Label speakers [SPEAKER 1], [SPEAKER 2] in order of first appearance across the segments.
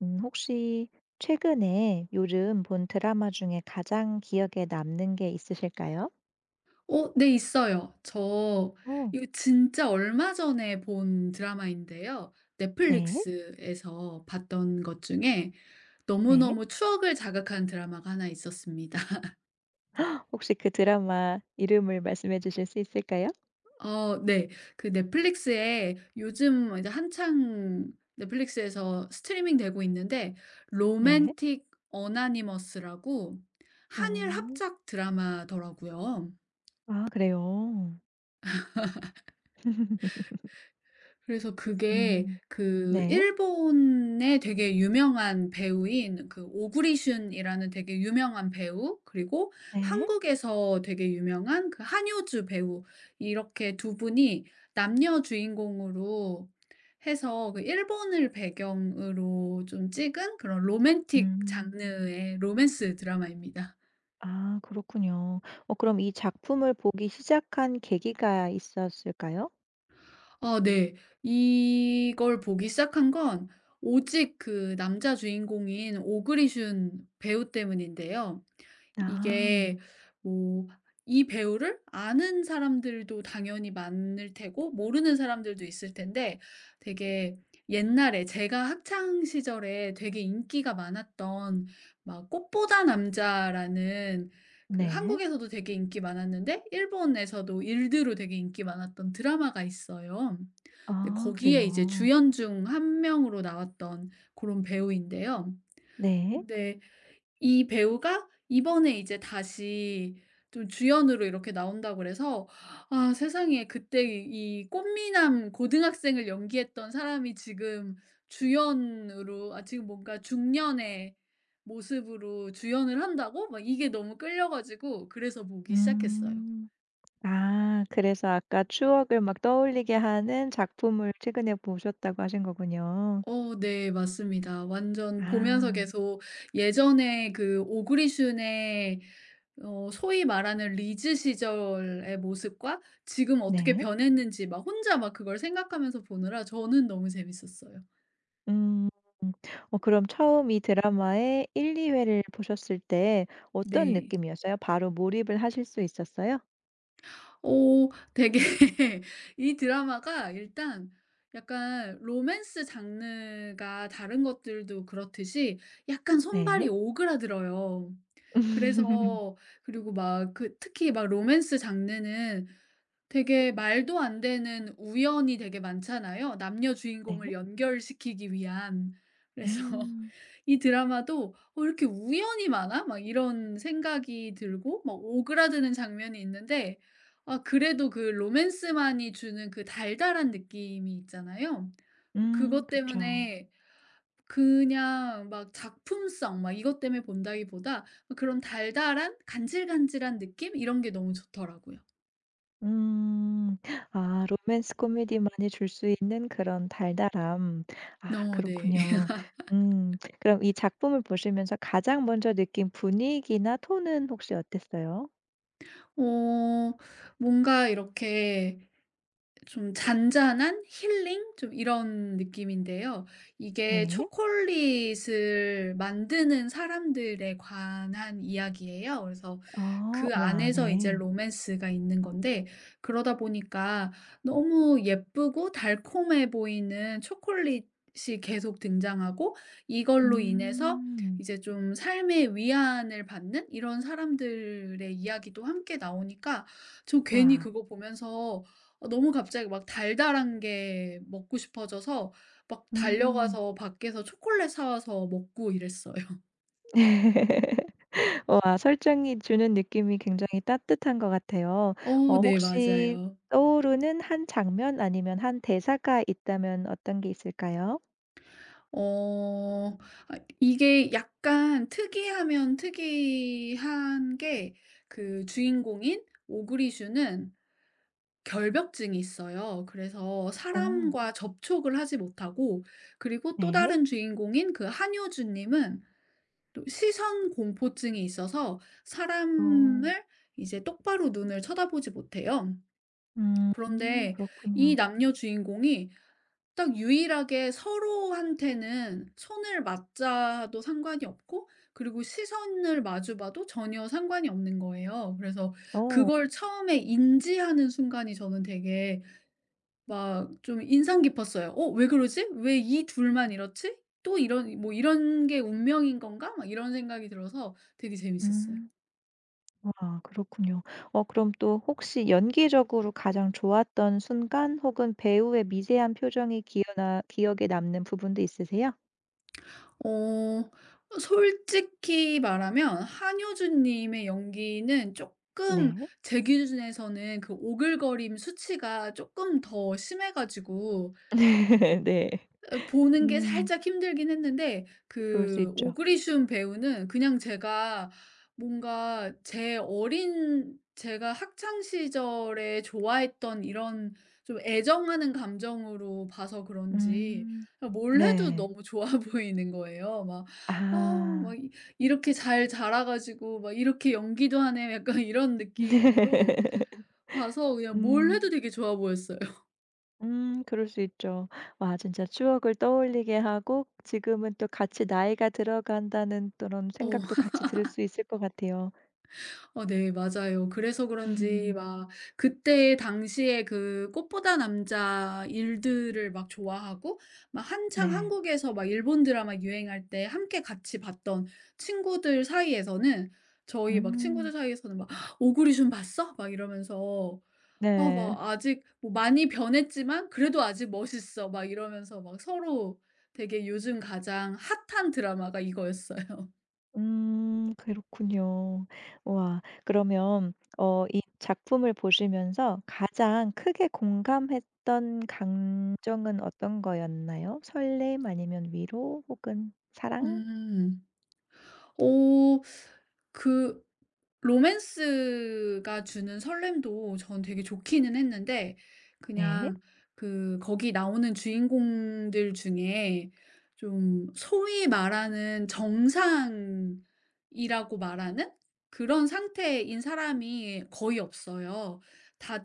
[SPEAKER 1] 혹시 최근에 요즘 본 드라마 중에 가장 기억에 남는 게 있으실까요?
[SPEAKER 2] 네 있어요. 저
[SPEAKER 1] 어.
[SPEAKER 2] 이거 진짜 얼마 전에 본 드라마인데요.
[SPEAKER 1] 네.
[SPEAKER 2] 넷플릭스에서 봤던 것 중에
[SPEAKER 1] 네.
[SPEAKER 2] 너무너무 추억을 자극한 드라마가 하나 있었습니다.
[SPEAKER 1] 혹시 그 드라마 이름을 말씀해 주실 수 있을까요?
[SPEAKER 2] 네. 그 넷플릭스에 요즘 이제 한창 넷플릭스에서 스트리밍 되고 있는데
[SPEAKER 1] 네.
[SPEAKER 2] 로맨틱 어나니머스라고 한일
[SPEAKER 1] 어.
[SPEAKER 2] 합작 드라마더라고요.
[SPEAKER 1] 아 그래요?
[SPEAKER 2] 그래서 그게
[SPEAKER 1] 음.
[SPEAKER 2] 그
[SPEAKER 1] 네.
[SPEAKER 2] 일본의 되게 유명한 배우인 그 오구리 슌이라는 되게 유명한 배우, 그리고
[SPEAKER 1] 네.
[SPEAKER 2] 한국에서 되게 유명한 그 한효주 배우, 이렇게 두 분이 남녀 주인공으로 해서 그 일본을 배경으로 좀 찍은 그런 로맨틱
[SPEAKER 1] 음.
[SPEAKER 2] 장르의 로맨스 드라마입니다.
[SPEAKER 1] 아 그렇군요. 어 그럼 이 작품을 보기 시작한 계기가 있었을까요?
[SPEAKER 2] 아 네. 이걸 보기 시작한 건 오직 그 남자 주인공인 오그리 슌 배우 때문인데요. 이게
[SPEAKER 1] 아.
[SPEAKER 2] 뭐 이 배우를 아는 사람들도 당연히 많을 테고 모르는 사람들도 있을 텐데, 되게 옛날에 제가 학창 시절에 되게 인기가 많았던 막 꽃보다 남자라는, 그
[SPEAKER 1] 네.
[SPEAKER 2] 한국에서도 되게 인기 많았는데 일본에서도 일드로 되게 인기 많았던 드라마가 있어요. 근데
[SPEAKER 1] 아
[SPEAKER 2] 거기에 이제
[SPEAKER 1] 그래요.
[SPEAKER 2] 주연 중 한 명으로 나왔던 그런 배우인데요.
[SPEAKER 1] 네.
[SPEAKER 2] 근데 이 배우가 이번에 이제 다시 좀 주연으로 이렇게 나온다고 그래서, 아 세상에, 그때 이 꽃미남 고등학생을 연기했던 사람이 지금 주연으로, 아 지금 뭔가 중년의 모습으로 주연을 한다고? 막 이게 너무 끌려 가지고 그래서 보기 시작했어요.
[SPEAKER 1] 음. 아 그래서 아까 추억을 막 떠올리게 하는 작품을 최근에 보셨다고 하신 거군요.
[SPEAKER 2] 네 맞습니다. 완전 보면서
[SPEAKER 1] 아
[SPEAKER 2] 계속 예전에 그 오그리 슌의 소위 말하는 리즈 시절의 모습과 지금 어떻게
[SPEAKER 1] 네.
[SPEAKER 2] 변했는지 막 혼자 막 그걸 생각하면서 보느라 저는 너무 재밌었어요.
[SPEAKER 1] 음. 어 그럼 처음 이 드라마의 1-2 회를 보셨을 때 어떤
[SPEAKER 2] 네.
[SPEAKER 1] 느낌이었어요? 바로 몰입을 하실 수 있었어요?
[SPEAKER 2] 되게 이 드라마가 일단 약간 로맨스 장르가 다른 것들도 그렇듯이 약간 손발이
[SPEAKER 1] 네.
[SPEAKER 2] 오그라들어요. 그래서, 그리고 막 그 특히 막 로맨스 장르는 되게 말도 안 되는 우연이 되게 많잖아요, 남녀
[SPEAKER 1] 네.
[SPEAKER 2] 주인공을 연결시키기 위한. 그래서
[SPEAKER 1] 음.
[SPEAKER 2] 이 드라마도 '어, 이렇게 우연이 많아?' 막 이런 생각이 들고 막 오그라드는 장면이 있는데, 아 그래도 그 로맨스만이 주는 그 달달한 느낌이 있잖아요. 그것
[SPEAKER 1] 그쵸.
[SPEAKER 2] 때문에, 그냥 막 작품성 막 이것 때문에 본다기보다 그런 달달한 간질간질한 느낌, 이런 게 너무 좋더라고요.
[SPEAKER 1] 음. 아 로맨스 코미디만이 줄 수 있는 그런 달달함. 아
[SPEAKER 2] 네.
[SPEAKER 1] 그렇군요. 음. 그럼 이 작품을 보시면서 가장 먼저 느낀 분위기나 톤은 혹시 어땠어요?
[SPEAKER 2] 어 뭔가 이렇게 좀 잔잔한 힐링? 좀 이런 느낌인데요. 이게
[SPEAKER 1] 네.
[SPEAKER 2] 초콜릿을 만드는 사람들에 관한 이야기예요. 그래서
[SPEAKER 1] 아
[SPEAKER 2] 그
[SPEAKER 1] 와
[SPEAKER 2] 안에서 이제
[SPEAKER 1] 네.
[SPEAKER 2] 로맨스가 있는 건데, 그러다 보니까 너무 예쁘고 달콤해 보이는 초콜릿이 계속 등장하고, 이걸로 인해서
[SPEAKER 1] 음.
[SPEAKER 2] 이제 좀 삶의 위안을 받는 이런 사람들의 이야기도 함께 나오니까, 저 괜히
[SPEAKER 1] 와.
[SPEAKER 2] 그거 보면서 너무 갑자기 막 달달한 게 먹고 싶어져서 막
[SPEAKER 1] 음.
[SPEAKER 2] 달려가서 밖에서 초콜릿 사 와서 먹고 이랬어요.
[SPEAKER 1] 와 설정이 주는 느낌이 굉장히 따뜻한 것 같아요.
[SPEAKER 2] 어
[SPEAKER 1] 어
[SPEAKER 2] 네
[SPEAKER 1] 혹시
[SPEAKER 2] 맞아요.
[SPEAKER 1] 떠오르는 한 장면 아니면 한 대사가 있다면 어떤 게 있을까요?
[SPEAKER 2] 어 이게 약간 특이하면 특이한 게, 그 주인공인 오그리슈는 결벽증이 있어요. 그래서
[SPEAKER 1] 오
[SPEAKER 2] 사람과 접촉을 하지 못하고, 그리고 또
[SPEAKER 1] 네.
[SPEAKER 2] 다른 주인공인 그 한효주 님은 또 시선 공포증이 있어서
[SPEAKER 1] 어.
[SPEAKER 2] 사람을 이제 똑바로 눈을 쳐다보지 못해요.
[SPEAKER 1] 음.
[SPEAKER 2] 그런데 이
[SPEAKER 1] 그렇군요.
[SPEAKER 2] 남녀 주인공이 딱 유일하게 서로한테는 손을 맞자도 상관이 없고, 그리고 시선을 마주 봐도 전혀 상관이 없는 거예요. 그래서
[SPEAKER 1] 어.
[SPEAKER 2] 그걸 처음에 인지하는 순간이 저는 되게 막 좀 인상 깊었어요. '어, 왜 그러지? 왜 이 둘만 이렇지? 또 이런, 뭐 이런 게 운명인 건가?' 막 이런 생각이 들어서 되게 재밌었어요.
[SPEAKER 1] 음. 와 그렇군요. 어 그럼 또 혹시 연기적으로 가장 좋았던 순간 혹은 배우의 미세한 표정이 기어나 기억에 남는 부분도 있으세요?
[SPEAKER 2] 어 솔직히 말하면, 한효준 님의 연기는 쪼끔,
[SPEAKER 1] 네.
[SPEAKER 2] 제 기준에서는 그 오글거림 수치가 쪼끔 더 심해 가지고
[SPEAKER 1] 네.
[SPEAKER 2] 보는 게
[SPEAKER 1] 음.
[SPEAKER 2] 살짝 힘들긴 했는데,
[SPEAKER 1] 그럴 수
[SPEAKER 2] 그
[SPEAKER 1] 있죠.
[SPEAKER 2] 오그리슘 배우는 그냥 제가 뭔가 제 어린, 제가 학창 시절에 좋아했던 이런 좀 애정하는 감정으로 봐서 그런지
[SPEAKER 1] 음.
[SPEAKER 2] 뭘 해도
[SPEAKER 1] 네.
[SPEAKER 2] 너무 좋아 보이는 거예요. 막 '아우, 막
[SPEAKER 1] 아.
[SPEAKER 2] 이 이렇게 잘 자라 가지고 막 이렇게 연기도 하네.' 약간 이런 느낌으로
[SPEAKER 1] 네.
[SPEAKER 2] 봐서, 그냥 뭘 해도
[SPEAKER 1] 음.
[SPEAKER 2] 되게 좋아 보였어요.
[SPEAKER 1] 그럴 수 있죠. 와 진짜 추억을 떠올리게 하고 지금은 또 같이 나이가 들어간다는 그런 생각도 같이 들 수 있을 것 같아요.
[SPEAKER 2] 네 맞아요. 그래서 그런지 막, 그때 당시에 그 꽃보다 남자 일들을 막 좋아하고 막 한창
[SPEAKER 1] 네.
[SPEAKER 2] 한국에서 막 일본 드라마 유행할 때 함께 같이 봤던 친구들 사이에서는, 저희 막 친구들
[SPEAKER 1] 음
[SPEAKER 2] 사이에서는 막 "오구리 춤 봤어?" 막 이러면서, 아
[SPEAKER 1] 네.
[SPEAKER 2] 막 "아직 뭐 많이 변했지만 그래도 아직 멋있어." 막 이러면서 막 서로, 되게 요즘 가장 핫한 드라마가 이거였어요.
[SPEAKER 1] 그렇군요. 와 그러면 어 이 작품을 보시면서 가장 크게 공감했던 감정은 어떤 거였나요? 설렘 아니면 위로 혹은 사랑?
[SPEAKER 2] 음. 어 그 로맨스가 주는 설렘도 전 되게 좋기는 했는데,
[SPEAKER 1] 네.
[SPEAKER 2] 그냥 그 거기 나오는 주인공들 중에 좀 소위 말하는 정상이라고 말하는 그런 상태인 사람이 거의 없어요.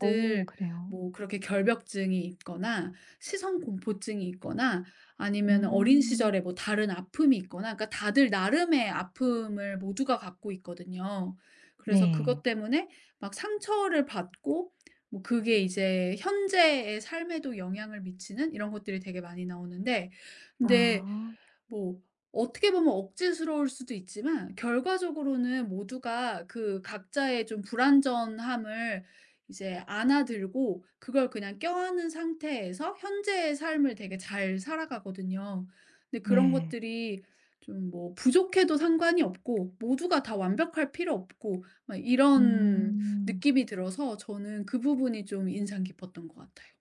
[SPEAKER 1] 오 그래요.
[SPEAKER 2] 뭐 그렇게 결벽증이 있거나, 시선 공포증이 있거나, 아니면 어린
[SPEAKER 1] 음
[SPEAKER 2] 시절에 뭐 다른 아픔이 있거나, 그러니까 다들 나름의 아픔을 모두가 갖고 있거든요. 그래서 그것
[SPEAKER 1] 네.
[SPEAKER 2] 때문에 막 상처를 받고, 뭐 그게 이제 현재의 삶에도 영향을 미치는 이런 것들이 되게 많이 나오는데, 근데
[SPEAKER 1] 아
[SPEAKER 2] 뭐 어떻게 보면 억지스러울 수도 있지만 결과적으로는 모두가 그 각자의 좀 불완전함을 이제 안아들고 그걸 그냥 껴안은 상태에서 현재의 삶을 되게 잘 살아가거든요. 근데 그런
[SPEAKER 1] 네.
[SPEAKER 2] 것들이 좀, 뭐 부족해도 상관이 없고 모두가 다 완벽할 필요 없고, 막 이런
[SPEAKER 1] 음.
[SPEAKER 2] 느낌이 들어서 저는 그 부분이 좀 인상 깊었던 것 같아요.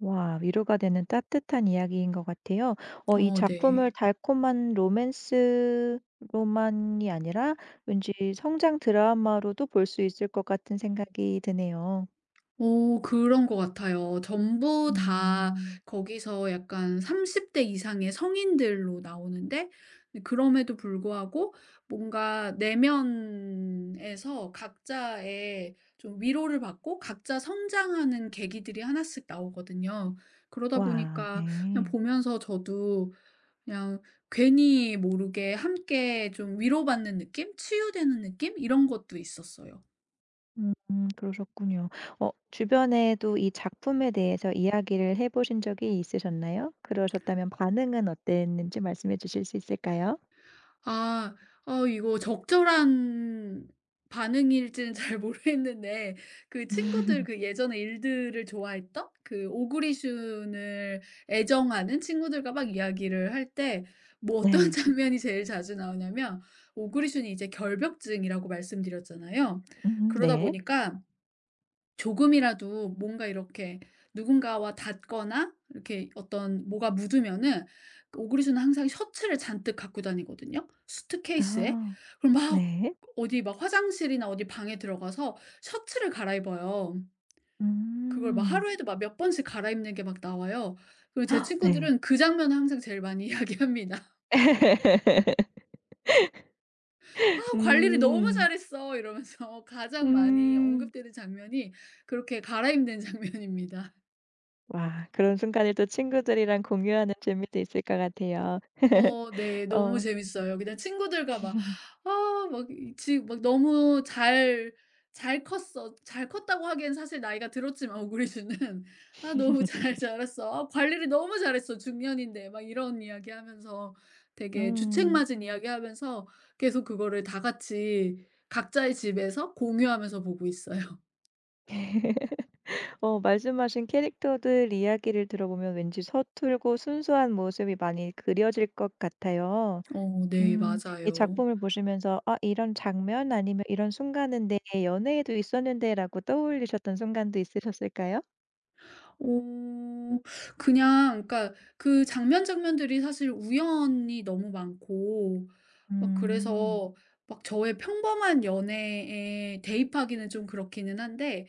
[SPEAKER 1] 와 위로가 되는 따뜻한 이야기인 것 같아요. 어 이
[SPEAKER 2] 네.
[SPEAKER 1] 작품을 달콤한 로맨스로만이 아니라 왠지 성장 드라마로도 볼 수 있을 것 같은 생각이 드네요.
[SPEAKER 2] 오 그런 것 같아요. 전부 다
[SPEAKER 1] 음.
[SPEAKER 2] 거기서 약간 30대 이상의 성인들로 나오는데, 근데 그럼에도 불구하고 뭔가 내면에서 각자의 좀 위로를 받고 각자 성장하는 계기들이 하나씩 나오거든요. 그러다
[SPEAKER 1] 와
[SPEAKER 2] 보니까 그냥
[SPEAKER 1] 네.
[SPEAKER 2] 보면서 저도, 그냥 괜히 모르게 함께 좀 위로받는 느낌? 치유되는 느낌? 이런 것도 있었어요.
[SPEAKER 1] 그러셨군요. 어 주변에도 이 작품에 대해서 이야기를 해 보신 적이 있으셨나요? 그러셨다면 반응은 어땠는지 말씀해 주실 수 있을까요?
[SPEAKER 2] 아. 이거 적절한 반응일지는 잘 모르겠는데, 그 친구들 그 예전에 일들을 좋아했던 그 오그리슌을 애정하는 친구들과 막 이야기를 할 때, 뭐 어떤
[SPEAKER 1] 네.
[SPEAKER 2] 장면이 제일 자주 나오냐면, 오그리슌이 이제 결벽증이라고 말씀드렸잖아요. 그러다
[SPEAKER 1] 네.
[SPEAKER 2] 보니까 조금이라도 뭔가 이렇게 누군가와 닿거나 이렇게 어떤 뭐가 묻으면은, 그 오그리수는 항상 셔츠를 잔뜩 갖고 다니거든요, 수트케이스에.
[SPEAKER 1] 아
[SPEAKER 2] 그럼 막
[SPEAKER 1] 네.
[SPEAKER 2] 어디 막 화장실이나 어디 방에 들어가서 셔츠를 갈아입어요. 그걸 막
[SPEAKER 1] 음.
[SPEAKER 2] 하루에도 막 몇 번씩 갈아입는 게 막 나와요. 그리고 제
[SPEAKER 1] 아, 네.
[SPEAKER 2] 친구들은 그 장면을 항상 제일 많이 이야기합니다. "아 관리를 너무
[SPEAKER 1] 음.
[SPEAKER 2] 잘했어." 이러면서 가장 많이
[SPEAKER 1] 음.
[SPEAKER 2] 언급되는 장면이 그렇게 갈아입는 장면입니다.
[SPEAKER 1] 와 그런 순간을 또 친구들이랑 공유하는 재미도 있을 것 같아요.
[SPEAKER 2] 네. 너무
[SPEAKER 1] 어.
[SPEAKER 2] 재밌어요. 그냥 친구들과 막 "아 막 이 지금 막 너무 잘 컸어." 잘 컸다고 하기엔 사실 나이가 들었지만, 오그리즈는 "아 너무 잘 자랐어. 아 관리를 너무 잘했어, 중년인데." 막 이런 이야기하면서 되게
[SPEAKER 1] 음.
[SPEAKER 2] 주책맞은 이야기하면서 계속 그거를 다 같이 각자의 집에서 공유하면서 보고 있어요.
[SPEAKER 1] 어 말씀하신 캐릭터들 이야기를 들어보면 왠지 서툴고 순수한 모습이 많이 그려질 것 같아요.
[SPEAKER 2] 네.
[SPEAKER 1] 이
[SPEAKER 2] 맞아요.
[SPEAKER 1] 작품을 보시면서 '아 이런 장면 아니면 이런 순간은 내 연애에도 있었는데.'라고 떠올리셨던 순간도 있으셨을까요?
[SPEAKER 2] 어 그냥 그러니까 그 장면 장면들이 사실 우연이 너무 많고 막
[SPEAKER 1] 음.
[SPEAKER 2] 그래서 막 저의 평범한 연애에 대입하기는 좀 그렇기는 한데,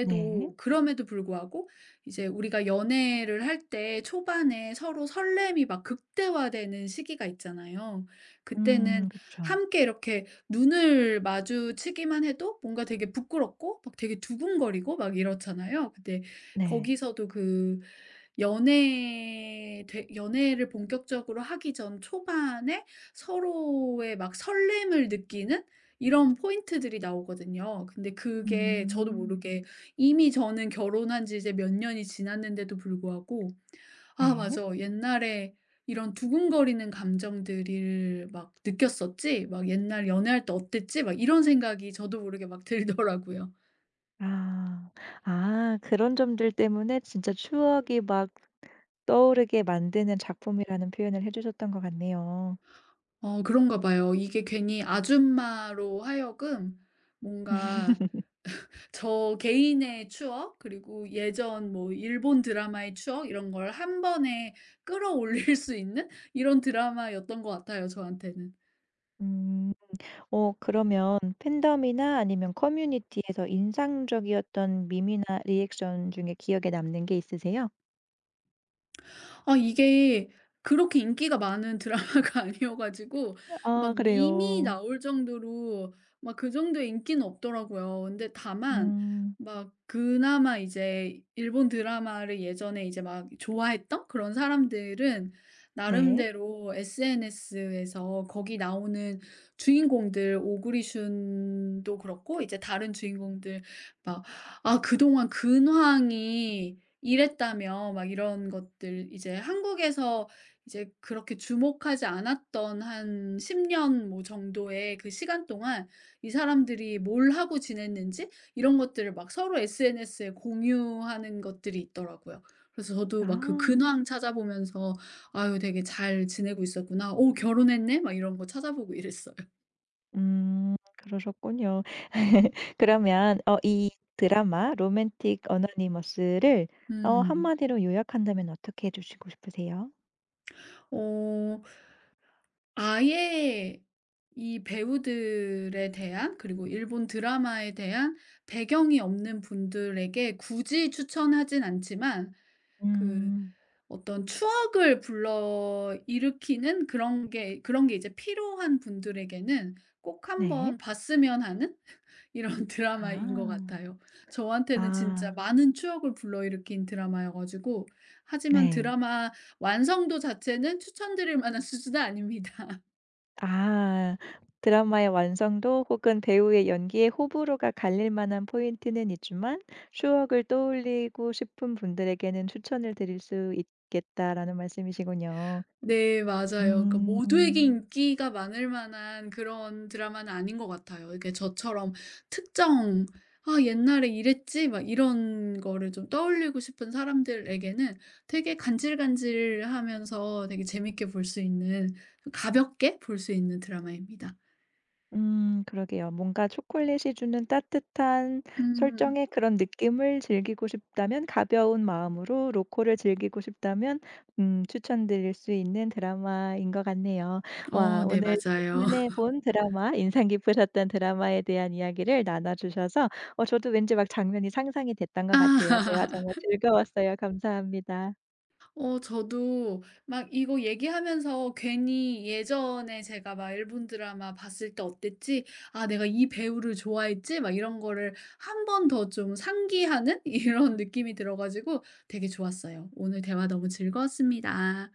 [SPEAKER 1] 네.
[SPEAKER 2] 그럼에도 불구하고 이제 우리가 연애를 할 때 초반에 서로 설렘이 막 극대화되는 시기가 있잖아요. 그때는
[SPEAKER 1] 그쵸.
[SPEAKER 2] 함께 이렇게 눈을 마주치기만 해도 뭔가 되게 부끄럽고 막 되게 두근거리고 막 이렇잖아요. 근데
[SPEAKER 1] 네.
[SPEAKER 2] 거기서도 그 연애를 본격적으로 하기 전 초반에 서로의 막 설렘을 느끼는 이런 포인트들이 나오거든요. 근데 그게 저도
[SPEAKER 1] 음.
[SPEAKER 2] 모르게, 이미 저는 결혼한 지 이제 몇 년이 지났는데도 불구하고 '아
[SPEAKER 1] 네.
[SPEAKER 2] 맞아. 옛날에 이런 두근거리는 감정들을 막 느꼈었지. 막 옛날 연애할 때 어땠지.' 막 이런 생각이 저도 모르게 막 들더라고요.
[SPEAKER 1] 아. 아 그런 점들 때문에 진짜 추억이 막 떠오르게 만드는 작품이라는 표현을 해 주셨던 것 같네요.
[SPEAKER 2] 그런가 봐요. 이게 괜히 아줌마로 하여금 뭔가 저 개인의 추억, 그리고 예전 뭐 일본 드라마의 추억 이런 걸 한 번에 끌어올릴 수 있는 이런 드라마였던 것 같아요, 저한테는.
[SPEAKER 1] 음. 어 그러면 팬덤이나 아니면 커뮤니티에서 인상적이었던 밈이나 리액션 중에 기억에 남는 게 있으세요?
[SPEAKER 2] 아 이게 그렇게 인기가 많은 드라마가 아니어 가지고
[SPEAKER 1] 아
[SPEAKER 2] 막 밈이
[SPEAKER 1] 그래요.
[SPEAKER 2] 나올 정도로 막 그 정도의 인기는 없더라고요. 근데 다만
[SPEAKER 1] 음.
[SPEAKER 2] 막 그나마 이제 일본 드라마를 예전에 이제 막 좋아했던 그런 사람들은
[SPEAKER 1] 네.
[SPEAKER 2] 나름대로 SNS에서 거기 나오는 주인공들, 오구리슌도 그렇고 이제 다른 주인공들 막 '아 그동안 근황이 이랬다면', 막 이런 것들 이제 한국에서 이제 그렇게 주목하지 않았던 한 10 년 뭐 정도의 그 시간 동안 이 사람들이 뭘 하고 지냈는지 이런 것들을 막 서로 SNS에 공유하는 것들이 있더라고요. 그래서 저도 막 그
[SPEAKER 1] 아.
[SPEAKER 2] 근황 찾아보면서 '아유 되게 잘 지내고 있었구나. 어 결혼했네?' 막 이런 거 찾아보고 이랬어요.
[SPEAKER 1] 그러셨군요. 그러면 어 이 드라마 로맨틱 어너니머스를 어
[SPEAKER 2] 음.
[SPEAKER 1] 한마디로 요약한다면 어떻게 해 주시고 싶으세요?
[SPEAKER 2] 어 아예 이 배우들에 대한, 그리고 일본 드라마에 대한 배경이 없는 분들에게 굳이 추천하진 않지만, 그
[SPEAKER 1] 음
[SPEAKER 2] 어떤 추억을 불러일으키는 그런 게 이제 필요한 분들에게는 꼭
[SPEAKER 1] 네.
[SPEAKER 2] 한번 봤으면 하는 이런 드라마인 것
[SPEAKER 1] 아.
[SPEAKER 2] 같아요. 저한테는 진짜
[SPEAKER 1] 아
[SPEAKER 2] 많은 추억을 불러일으킨 드라마여 가지고. 하지만
[SPEAKER 1] 네.
[SPEAKER 2] 드라마 완성도 자체는 추천드릴 만한 수준은 아닙니다.
[SPEAKER 1] 아 드라마의 완성도 혹은 배우의 연기에 호불호가 갈릴 만한 포인트는 있지만 추억을 떠올리고 싶은 분들에게는 추천을 드릴 수 있겠다라는 말씀이시군요.
[SPEAKER 2] 네 맞아요. 그러니까
[SPEAKER 1] 음.
[SPEAKER 2] 모두에게 인기가 많을 만한 그런 드라마는 아닌 것 같아요. 이렇게 저처럼 특정 '아 옛날에 이랬지.' 막 이런 거를 좀 떠올리고 싶은 사람들에게는 되게 간질간질하면서 되게 재밌게 볼 수 있는, 가볍게 볼 수 있는 드라마입니다.
[SPEAKER 1] 그러게요. 뭔가 초콜릿이 주는 따뜻한
[SPEAKER 2] 음.
[SPEAKER 1] 설정의 그런 느낌을 즐기고 싶다면 가벼운 마음으로 로코를 즐기고 싶다면 추천드릴 수 있는 드라마인 것 같네요.
[SPEAKER 2] 어
[SPEAKER 1] 와
[SPEAKER 2] 네
[SPEAKER 1] 오늘
[SPEAKER 2] 맞아요.
[SPEAKER 1] 최근에 본 드라마 인상 깊으셨던 드라마에 대한 이야기를 나눠 주셔서 어 저도 왠지 막 장면이 상상이 됐던 것 같아요. 대화
[SPEAKER 2] 아,
[SPEAKER 1] 정말 즐거웠어요. 감사합니다.
[SPEAKER 2] 어 저도 막 이거 얘기하면서 괜히 예전에 제가 막 일본 드라마 봤을 때 어땠지? '아 내가 이 배우를 좋아했지?' 막 이런 거를 한 번 더 좀 상기하는 이런 느낌이 들어 가지고 되게 좋았어요. 오늘 대화 너무 즐거웠습니다.